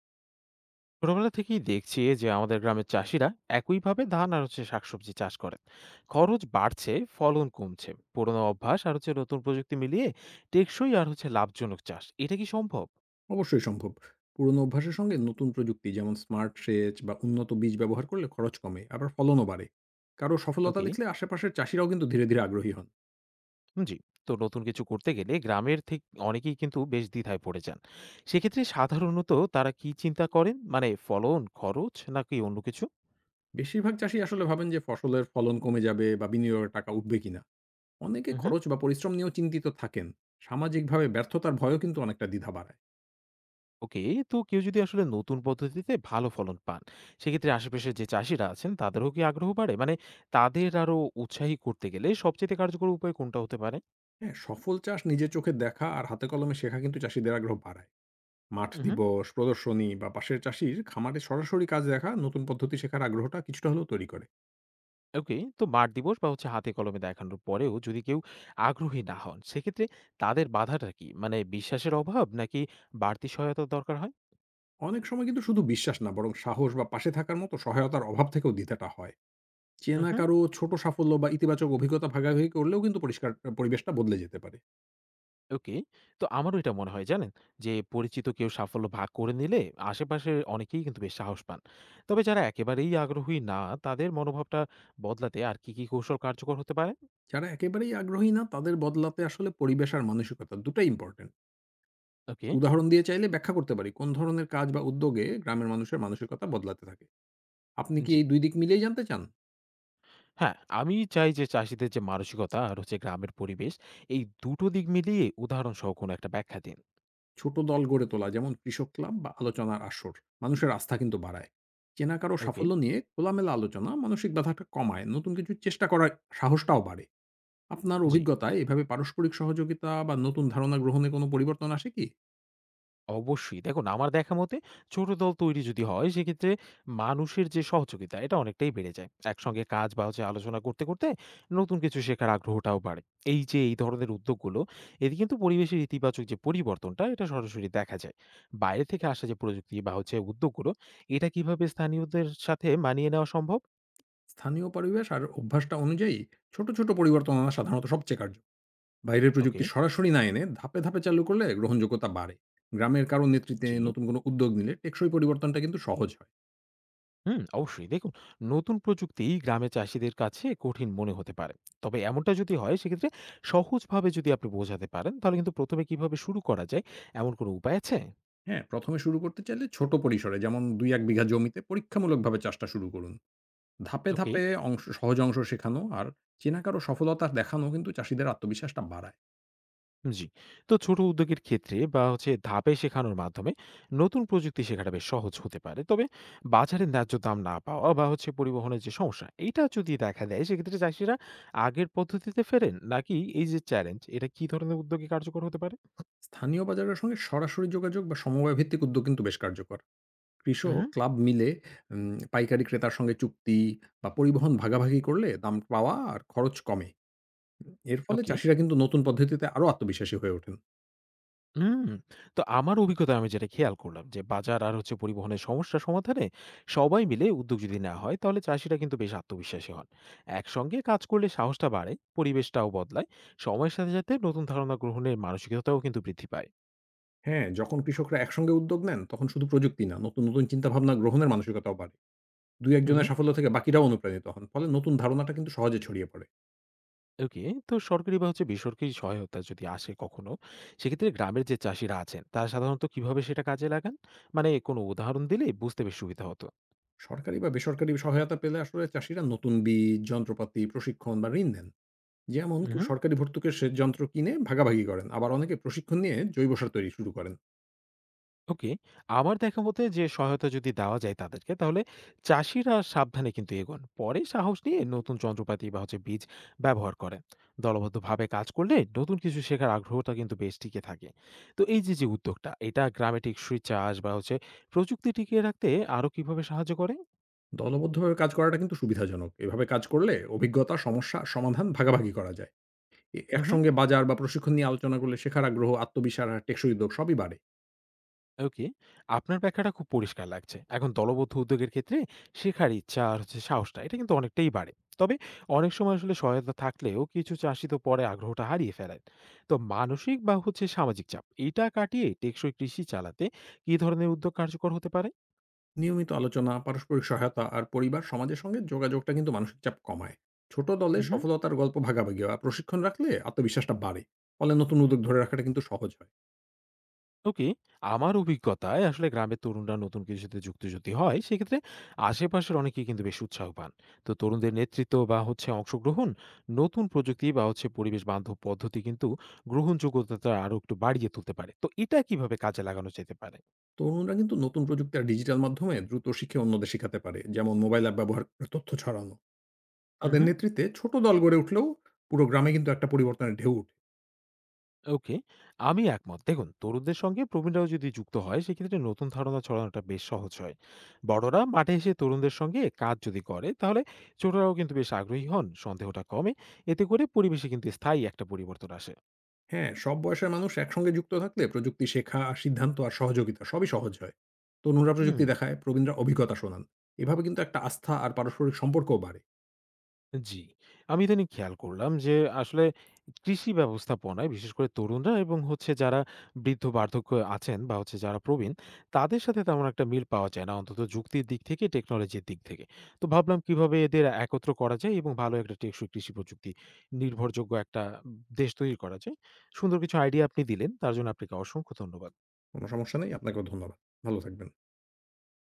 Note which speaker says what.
Speaker 1: ছোটবেলা থেকেই দেখছি যে আমাদের গ্রামের চাষিরা একইভাবে ধান আর শাকসবজি চাষ করেন। খরচ বাড়ছে, ফলন কমছে। পুরোনো অভ্যাস আর নতুন প্রযুক্তি মিলিয়ে টেকসই আর লাভজনক চাষ, এটা কি সম্ভব?
Speaker 2: অবশ্যই সম্ভব। পুরনো অভ্যাসের সঙ্গে নতুন প্রযুক্তি যেমন স্মার্ট সেচ বা উন্নত বীজ ব্যবহার করলে খরচ কমে, আবার ফলনও বাড়ে। কারো সফলতা
Speaker 1: ওকে।
Speaker 2: দেখলে আশেপাশের চাষিরাও কিন্তু ধীরে, ধীরে আগ্রহী হন।
Speaker 1: জি। তো নতুন কিছু করতে গেলে গ্রামের থেকে অনেকেই কিন্তু বেশ দ্বিধায় পড়ে যান। সেক্ষেত্রে সাধারণত তারা কি চিন্তা করেন? মানে ফলন, খরচ নাকি অন্য কিছু?
Speaker 2: বেশিরভাগ চাষী আসলে ভাবেন যে ফসলের ফলন কমে যাবে বা বিনিয়োগের টাকা উঠবে কিনা। অনেকে খরচ বা পরিশ্রম নিয়েও চিন্তিত থাকেন। সামাজিকভাবে ব্যর্থতার ভয়ও কিন্তু অনেকটা দ্বিধা বাড়ায়।
Speaker 1: ওকে। তো কেউ যদি আসলে নতুন পদ্ধতিতে ভালো ফলন পান, সেক্ষেত্রে আশেপাশের যে চাষিরা আছেন তাদেরও কি আগ্রহ বাড়ে? মানে তাদের আরো উৎসাহী করতে গেলে সবচেয়ে কার্যকর উপায় কোনটা হতে পারে?
Speaker 2: হ্যাঁ, সফল চাষ নিজের চোখে দেখা আর হাতে কলমে শেখা কিন্তু চাষীদের আগ্রহ বাড়ায়। মাঠ
Speaker 1: হুম।
Speaker 2: দিবস, প্রদর্শনী বা পাশের চাষীর খামারে সরাসরি কাজ দেখা নতুন পদ্ধতি শেখার আগ্রহটা কিছুটা হলেও তৈরি করে।
Speaker 1: ওকে। তো মাঠ দিবস বা হাতে কলমে দেখানোর পরেও যদি কেউ আগ্রহী না হন, সেক্ষেত্রে তাদের বাধাটা কি? মানে বিশ্বাসের অভাব নাকি বাড়তি সহায়তার দরকার হয়?
Speaker 2: অনেক সময় কিন্তু শুধু বিশ্বাস না বরং সাহস বা পাশে থাকার মতো সহায়তার অভাব থেকেও দ্বিধাটা হয়। চেনা
Speaker 1: হুম।
Speaker 2: কারো ছোট সাফল্য বা ইতিবাচক অভিজ্ঞতা ভাগাভাগি করলেও কিন্তু পরিষ্কার পরিবেশটা বদলে যেতে পারে।
Speaker 1: ওকে। তো আমারও এটা মনে হয় জানেন? যে পরিচিত কেউ সাফল্য ভাগ করে নিলে আশেপাশের অনেকেই কিন্তু বেশ সাহস পান। তবে যারা একেবারেই আগ্রহী না, তাদের মনোভাবটা বদলাতে আর কি, কি কৌশল কার্যকর হতে পারে?
Speaker 2: যারা একেবারেই আগ্রহী না তাদের বদলাতে আসলে পরিবেশ আর মানসিকতা দুটাই ইম্পর্টেন্ট।
Speaker 1: ওকে।
Speaker 2: উদাহরণ দিয়ে চাইলে ব্যাখ্যা করতে পারি কোন ধরনের কাজ বা উদ্যোগে গ্রামের মানুষের মানসিকতা বদলাতে থাকে। আপনি কি
Speaker 1: জি।
Speaker 2: এই দুই দিক মিলিয়ে জানতে চান?
Speaker 1: হ্যাঁ, আমি চাই যে চাষীদের যে মানসিকতা আর গ্রামের পরিবেশ, এই দুটো দিক মিলিয়ে উদাহরণসহ কোনো একটা ব্যাখ্যা দিন।
Speaker 2: ছোট দল গড়ে তোলা যেমন কৃষক ক্লাব বা আলোচনার আসর মানুষের আস্থা কিন্তু বাড়ায়। চেনা কারো
Speaker 1: ওকে।
Speaker 2: সাফল্য নিয়ে খোলামেলা আলোচনা মানসিক বাধাটা কমায় নতুন কিছু চেষ্টা করার সাহসটাও বাড়ে। আপনার
Speaker 1: জি।
Speaker 2: অভিজ্ঞতায় এভাবে পারস্পরিক সহযোগিতা বা নতুন ধারণা গ্রহণে কোনো পরিবর্তন আসে কি?
Speaker 1: অবশ্যই। দেখুন, আমার দেখা মতে ছোট দল তৈরি যদি হয় সেক্ষেত্রে মানুষের যে সহযোগিতা এটা অনেকটাই বেড়ে যায়। একসঙ্গে কাজ বা আলোচনা করতে, করতে নতুন কিছু শেখার আগ্রহটাও বাড়ে। এই যে এই ধরনের উদ্যোগগুলো, এতে কিন্তু পরিবেশের ইতিবাচক যে পরিবর্তনটা এটা সরাসরি দেখা যায়। বাইরে থেকে আসা যে প্রযুক্তি বা উদ্যোগগুলো, এটা কিভাবে স্থানীয়দের সাথে মানিয়ে নেওয়া সম্ভব?
Speaker 2: স্থানীয় পরিবেশ আর অভ্যাসটা অনুযায়ী ছোট ছোট পরিবর্তন আনা সাধারণত সবচেয়ে কার্য। বাইরের
Speaker 1: ওকে।
Speaker 2: প্রযুক্তি সরাসরি না এনে ধাপে ধাপে চালু করলে গ্রহণযোগ্যতা বাড়ে। গ্রামের কারো নেতৃত্বে
Speaker 1: জি।
Speaker 2: নতুন কোনো উদ্যোগ নিলে টেকসই পরিবর্তনটা কিন্তু সহজ হয়।
Speaker 1: হুম। অবশ্যই। দেখুন, নতুন প্রযুক্তি গ্রামে চাষিদের কাছে কঠিন মনে হতে পারে। তবে এমনটা যদি হয় সেক্ষেত্রে সহজভাবে যদি আপনি বোঝাতে পারেন, তাহলে কিন্তু প্রথমে কিভাবে শুরু করা যায় এমন কোনো উপায় আছে?
Speaker 2: হ্যাঁ, ১ম এ শুরু করতে চাইলে ছোট পরিসরে যেমন ২-১ বিঘা জমিতে পরীক্ষামূলকভাবে চাষটা শুরু করুন। ধাপে,
Speaker 1: ওকে।
Speaker 2: ধাপে অংশ সহজ অংশ শেখানো আর চেনা কারো সফলতা দেখানো কিন্তু চাষীদের আত্মবিশ্বাসটা বাড়ায়।
Speaker 1: জি। তো ছোট উদ্যোগের ক্ষেত্রে বা ধাপে শেখানোর মাধ্যমে নতুন প্রযুক্তি শেখাটা বেশ সহজ হতে পারে। তবে বাজারে ন্যায্য দাম না পাওয়া বা পরিবহনের যে সমস্যা এটা যদি দেখা দেয়, সেক্ষেত্রে চাষিরা আগের পদ্ধতিতে ফেরেন নাকি? এই যে চ্যালেঞ্জ, এটা কি ধরনের উদ্যোগে কার্যকর হতে পারে?
Speaker 2: স্থানীয় বাজারের সঙ্গে সরাসরি যোগাযোগ বা সমবায় ভিত্তিক উদ্যোগ কিন্তু বেশ কার্যকর। কৃষক
Speaker 1: হুম।
Speaker 2: ক্লাব মিলে পাইকারি ক্রেতার সঙ্গে চুক্তি বা পরিবহন ভাগাভাগি করলে দাম পাওয়া আর খরচ কমে। এর ফলে
Speaker 1: ওকে।
Speaker 2: চাষীরা কিন্তু নতুন পদ্ধতিতে আরো আত্মবিশ্বাসী হয়ে ওঠেন।
Speaker 1: হুম। তো আমার অভিজ্ঞতায় আমি যেটা খেয়াল করলাম, যে বাজার আর পরিবহনের সমস্যা সমাধানে সবাই মিলে উদ্যোগ যদি না হয় তাহলে চাষিরা কিন্তু বেশ আত্মবিশ্বাসী হন। একসঙ্গে কাজ করলে সাহসটা বাড়ে, পরিবেশটাও বদলায়। সময়ের সাথে সাথে নতুন ধারণা গ্রহণের মানসিকতাও কিন্তু বৃদ্ধি পায়।
Speaker 2: হ্যাঁ, যখন কৃষকরা একসঙ্গে উদ্যোগ নেন তখন শুধু প্রযুক্তি না, নতুন, নতুন চিন্তাভাবনা গ্রহণের মানসিকতাও বাড়ে। ২-১
Speaker 1: হুম।
Speaker 2: জনের সাফল্য থেকে বাকিরাও অনুপ্রাণিত হন। ফলে নতুন ধারণাটা কিন্তু সহজে ছড়িয়ে পড়ে।
Speaker 1: ওকে। তো সরকারি বা বেসরকারি সহায়তা যদি আসে কখনো, সেক্ষেত্রে গ্রামের যে চাষিরা আছেন তারা সাধারণত কিভাবে সেটা কাজে লাগান? মানে কোনো উদাহরণ দিলে বুঝতে বেশ সুবিধা হতো।
Speaker 2: সরকারি বা বেসরকারি সহায়তা পেলে আসলে চাষীরা নতুন বীজ, যন্ত্রপাতি, প্রশিক্ষণ বা ঋণ নেন। যেমন
Speaker 1: হুম।
Speaker 2: কেউ সরকারি ভর্তুকির সেচ যন্ত্র কিনে ভাগাভাগি করেন। আবার অনেকে প্রশিক্ষণ নিয়ে জৈব সার তৈরি শুরু করেন।
Speaker 1: ওকে। আমার দেখা মতে, যে সহায়তা যদি দেওয়া যায় তাদেরকে তাহলে চাষিরা সাবধানে কিন্তু এগোন। পরে সাহস নিয়ে নতুন যন্ত্রপাতি বা বীজ ব্যবহার করেন। দলবদ্ধভাবে কাজ করলে নতুন কিছু শেখার আগ্রহটা কিন্তু বেশ টিকে থাকে। তো এই যে, যে উদ্যোগটা এটা গ্রামে টেকসই চাষ বা প্রযুক্তি টিকিয়ে রাখতে আরো কিভাবে সাহায্য করে?
Speaker 2: দলবদ্ধভাবে কাজ করাটা কিন্তু সুবিধাজনক। এভাবে কাজ করলে অভিজ্ঞতা, সমস্যা, সমাধান ভাগাভাগি করা যায়। এ
Speaker 1: উহু।
Speaker 2: একসঙ্গে বাজার বা প্রশিক্ষণ নিয়ে আলোচনা করলে শেখার আগ্রহ, আত্মবিশ্বাস আর টেকসই উদ্যোগ সবই বাড়ে।
Speaker 1: ওকে। আপনার ব্যাখ্যাটা খুব পরিষ্কার লাগছে। এখন দলবদ্ধ উদ্যোগের ক্ষেত্রে শেখার ইচ্ছা আর সাহসটা, এটা কিন্তু অনেকটাই বাড়ে। তবে অনেক সময় আসলে সহায়তা থাকলেও কিছু চাষি তো পরে আগ্রহটা হারিয়ে ফেলেন। তো মানসিক বা সামাজিক চাপ এটা কাটিয়ে টেকসই কৃষি চালাতে কি ধরনের উদ্যোগ কার্যকর হতে পারে?
Speaker 2: নিয়মিত আলোচনা, পারস্পরিক সহায়তা আর পরিবার সমাজের সঙ্গে যোগাযোগটা কিন্তু মানসিক চাপ কমায়। ছোট দলে
Speaker 1: উহু।
Speaker 2: সফলতার গল্প ভাগাভাগি আর প্রশিক্ষণ রাখলে আত্মবিশ্বাসটা বাড়ে। ফলে নতুন উদ্যোগ ধরে রাখাটা কিন্তু সহজ হয়।
Speaker 1: ওকে। আমার অভিজ্ঞতায় আসলে গ্রামের তরুণরা নতুন কিছুতে যুক্ত যদি হয় সেক্ষেত্রে আশেপাশের অনেকেই কিন্তু বেশ উৎসাহ পান। তো তরুণদের নেতৃত্ব বা অংশগ্রহণ, নতুন প্রযুক্তি বা পরিবেশ বান্ধব পদ্ধতি কিন্তু গ্রহণযোগ্যতাটা আরো একটু বাড়িয়ে তুলতে পারে। তো এটা কিভাবে কাজে লাগানো যেতে পারে?
Speaker 2: তরুণরা কিন্তু নতুন প্রযুক্তি আর ডিজিটাল মাধ্যমে দ্রুত শিখে অন্যদের শেখাতে পারে। যেমন মোবাইল অ্যাপ ব্যবহার করে তথ্য ছড়ানো। তাদের
Speaker 1: উহু।
Speaker 2: নেতৃত্বে ছোট দল গড়ে উঠলেও পুরো গ্রামে কিন্তু একটা পরিবর্তনের ঢেউ উঠে।
Speaker 1: ওকে। আমি একমত। দেখুন, তরুণদের সঙ্গে প্রবীণরাও যদি যুক্ত হয়, সেক্ষেত্রে নতুন ধারণা ছড়ানোটা বেশ সহজ হয়। বড়রা মাঠে এসে তরুণদের সঙ্গে কাজ যদি করে, তাহলে ছোটরাও কিন্তু বেশ আগ্রহী হন, সন্দেহটা কমে। এতে করে পরিবেশে কিন্তু স্থায়ী একটা পরিবর্তন আসে।
Speaker 2: হ্যাঁ, সব বয়সের মানুষ একসঙ্গে যুক্ত থাকলে প্রযুক্তি শেখা, সিদ্ধান্ত আর সহযোগিতা সবই সহজ হয়। তরুণরা প্রযুক্তি
Speaker 1: হুম।
Speaker 2: দেখায়, প্রবীণরা অভিজ্ঞতা শোনান। এভাবে কিন্তু একটা আস্থা আর পারস্পরিক সম্পর্কও বাড়ে।
Speaker 1: জি। আমি ইদানিং খেয়াল করলাম যে আসলে কৃষি ব্যবস্থাপনায় বিশেষ করে তরুণরা এবং যারা বৃদ্ধ বার্ধক্য আছেন বা যারা প্রবীণ, তাদের সাথে তেমন একটা মিল পাওয়া যায় না, অন্তত যুক্তির দিক থেকে, টেকনোলজির দিক থেকে। তো ভাবলাম কিভাবে এদের একত্র করা যায় এবং ভালো একটা টেকসই কৃষি প্রযুক্তি নির্ভরযোগ্য একটা দেশ তৈরি করা যায়। সুন্দর কিছু আইডিয়া আপনি দিলেন। তার জন্য আপনাকে অসংখ্য ধন্যবাদ।
Speaker 2: কোনো সমস্যা নেই। আপনাকেও ধন্যবাদ। ভালো থাকবেন।